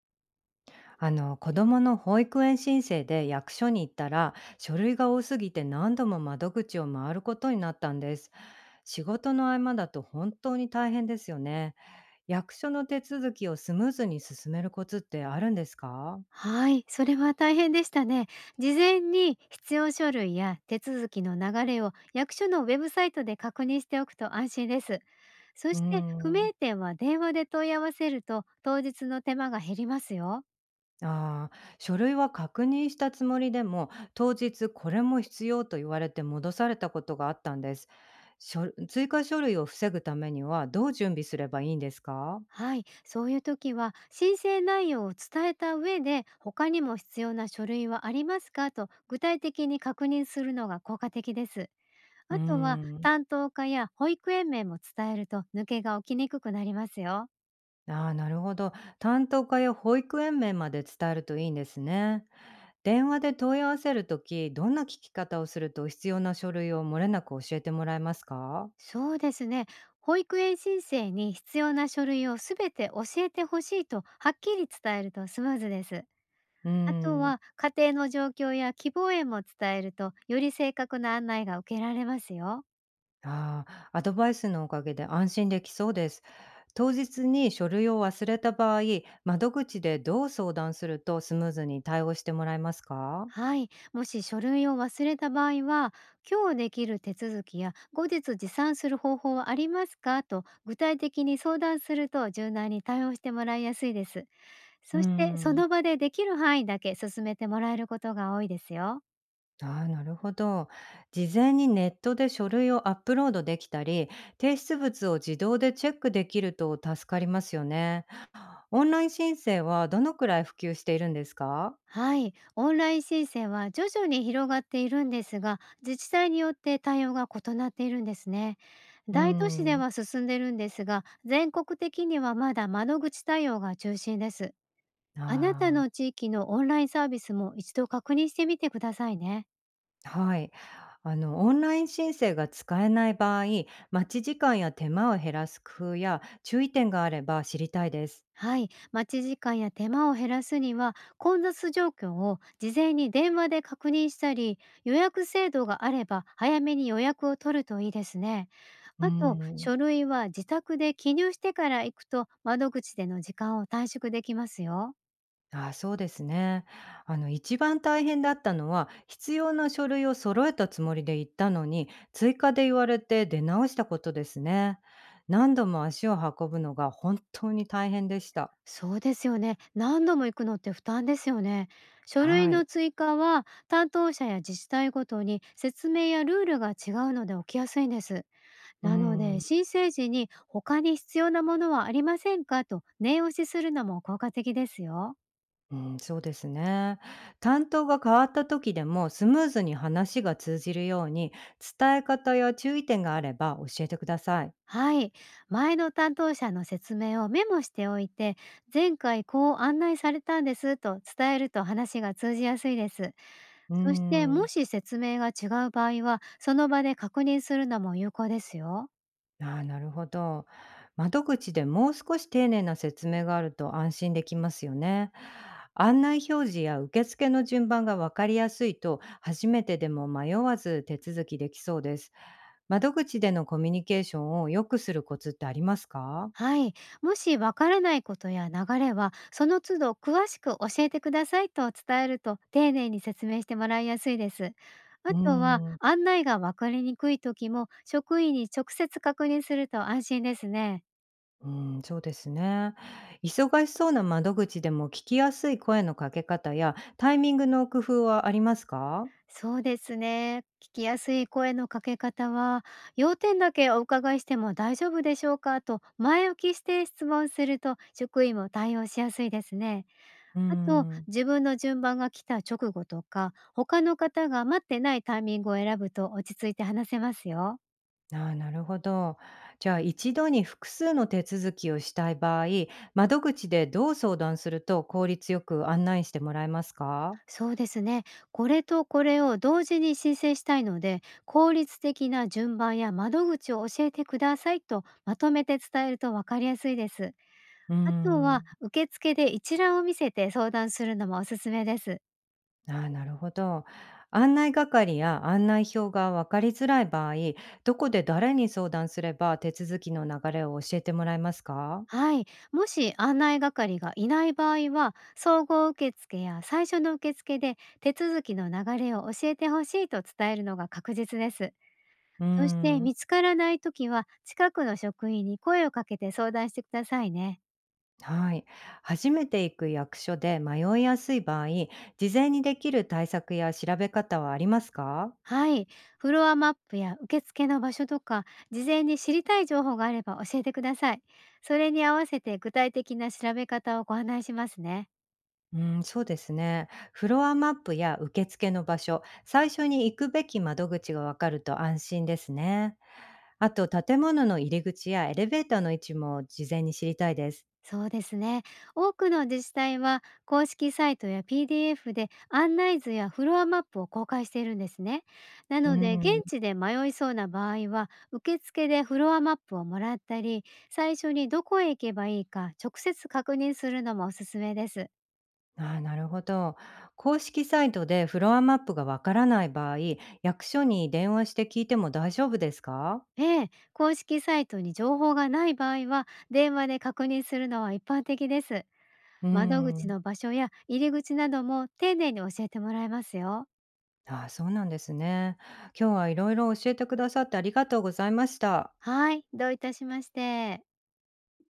子供の保育園申請で役所に行ったら、書類が多すぎて何度も窓口を回ることになったんです。仕事の合間だと本当に大変ですよね。役所の手続きをスムーズに進めるコツってあるんですか？はい、それは大変でしたね。事前に必要書類や手続きの流れを役所のウェブサイトで確認しておくと安心です。そうーして不ん。明点は電話で問い合わせると当日の手間が減りますよ。書類は確認したつもりでも、当日これも必要と言われて戻されたことがあったんです。追加書類を防ぐためにはどう準備すればいいんですか？はい、そういう時は申請内容を伝えた上で、他にも必要な書類はありますかと具体的に確認するのが効果的です。うーあとはん。担当課や保育園名も伝えると、抜けが起きにくくなりますよ。ああ、なるほど。担当課や保育園面まで伝えるといいんですね。電話で問い合わせるとき、どんな聞き方をすると必要な書類を漏れなく教えてもらえますか？そうですね。保育園申請に必要な書類をすべて教えてほしいとはっきり伝えるとスムーズです。うーあとん。は家庭の状況や希望園も伝えると、より正確な案内が受けられますよ。ああ、アドバイスのおかげで安心できそうです。当日に書類を忘れた場合、窓口でどう相談するとスムーズに対応してもらえますか？はい。もし書類を忘れた場合は、今日できる手続きや後日持参する方法はありますかと具体的に相談すると、柔軟に対応してもらいやすいです。うーそしてそのん。場でできる範囲だけ進めてもらえることが多いですよ。ああ、なるほど。事前にネットで書類をアップロードできたり、提出物を自動でチェックできると助かりますよね。オンライン申請はどのくらい普及しているんですか？はい、オンライン申請は徐々に広がっているんですが、自治体によって対応が異なっているんですね。うー大都市でん。は進んでるんですが、全国的にはまだ窓口対応が中心です。あなたあの地域のオンラインサービスも一度確認してみてくださいね。あ、はい。オンライン申請が使えない場合、待ち時間や手間を減らす工夫や注意点があれば知りたいです。はい、待ち時間や手間を減らすには、混雑状況を事前に電話で確認したり、予約制度があれば早めに予約を取るといいですね。うーあと、ん。書類は自宅で記入してから行くと、窓口での時間を短縮できますよ。ああ、そうですね。一番大変だったのは、必要な書類を揃えたつもりで行ったのに、追加で言われて出直したことですね。何度も足を運ぶのが本当に大変でした。そうですよね。何度も行くのって負担ですよね。書類はのい。追加は担当者や自治体ごとに説明やルールが違うので、起きやすいんです。うなので、ん。申請時に他に必要なものはありませんかと念押しするのも効果的ですよ。うん、そうですね。担当が変わった時でもスムーズに話が通じるように、伝え方や注意点があれば教えてください。はい。前の担当者の説明をメモしておいて、前回こう案内されたんですと伝えると、話が通じやすいです。うそして、もん。し説明が違う場合は、その場で確認するのも有効ですよ。ああ、なるほど。窓口でもう少し丁寧な説明があると安心できますよね。案内表示や受付の順番が分かりやすいと、初めてでも迷わず手続きできそうです。窓口でのコミュニケーションを良くするコツってありますか？はい。もしわからないことや流れは、その都度詳しく教えてくださいと伝えると、丁寧に説明してもらいやすいです。あうーとは、ん、案内がわかりにくい時も、職員に直接確認すると安心ですね。うーん、そうですね。忙しそうな窓口でも聞きやすい声のかけ方やタイミングの工夫はありますか？そうですね。聞きやすい声のかけ方は、要点だけお伺いしても大丈夫でしょうかと前置きして質問すると、職員も対応しやすいですね。うーあと、ん。自分の順番が来た直後とか、他の方が待ってないタイミングを選ぶと、落ち着いて話せますよ。ああ、なるほど。じゃあ、一度に複数の手続きをしたい場合、窓口でどう相談すると効率よく案内してもらえますか？そうですね。これとこれを同時に申請したいので、効率的な順番や窓口を教えてくださいとまとめて伝えると分かりやすいです。うーあとは、ん。受付で一覧を見せて相談するのもおすすめです。ああ、なるほど。案内係や案内表が分かりづらい場合、どこで誰に相談すれば手続きの流れを教えてもらえますか？はい。もし案内係がいない場合は、総合受付や最初の受付で手続きの流れを教えてほしいと伝えるのが確実です。うーそしてん。見つからないときは、近くの職員に声をかけて相談してくださいね。はい。初めて行く役所で迷いやすい場合、事前にできる対策や調べ方はありますか？はい。フロアマップや受付の場所とか、事前に知りたい情報があれば教えてください。それに合わせて具体的な調べ方をご案内しますね。うん、そうですね。フロアマップや受付の場所、最初に行くべき窓口がわかると安心ですね。あと、建物の入り口やエレベーターの位置も事前に知りたいです。そうですね。多くの自治体は公式サイトや PDF で案内図やフロアマップを公開しているんですね。なうのでん、現地で迷いそうな場合は、受付でフロアマップをもらったり、最初にどこへ行けばいいか直接確認するのもおすすめです。あーなるほど。公式サイトでフロアマップがわからない場合、役所に電話して聞いても大丈夫ですか？ええ、公式サイトに情報がない場合は電話で確認するのは一般的です。う窓口ん。の場所や入り口なども丁寧に教えてもらえますよ。ああ、そうなんですね。今日はいろいろ教えてくださってありがとうございました。はい、どういたしまして。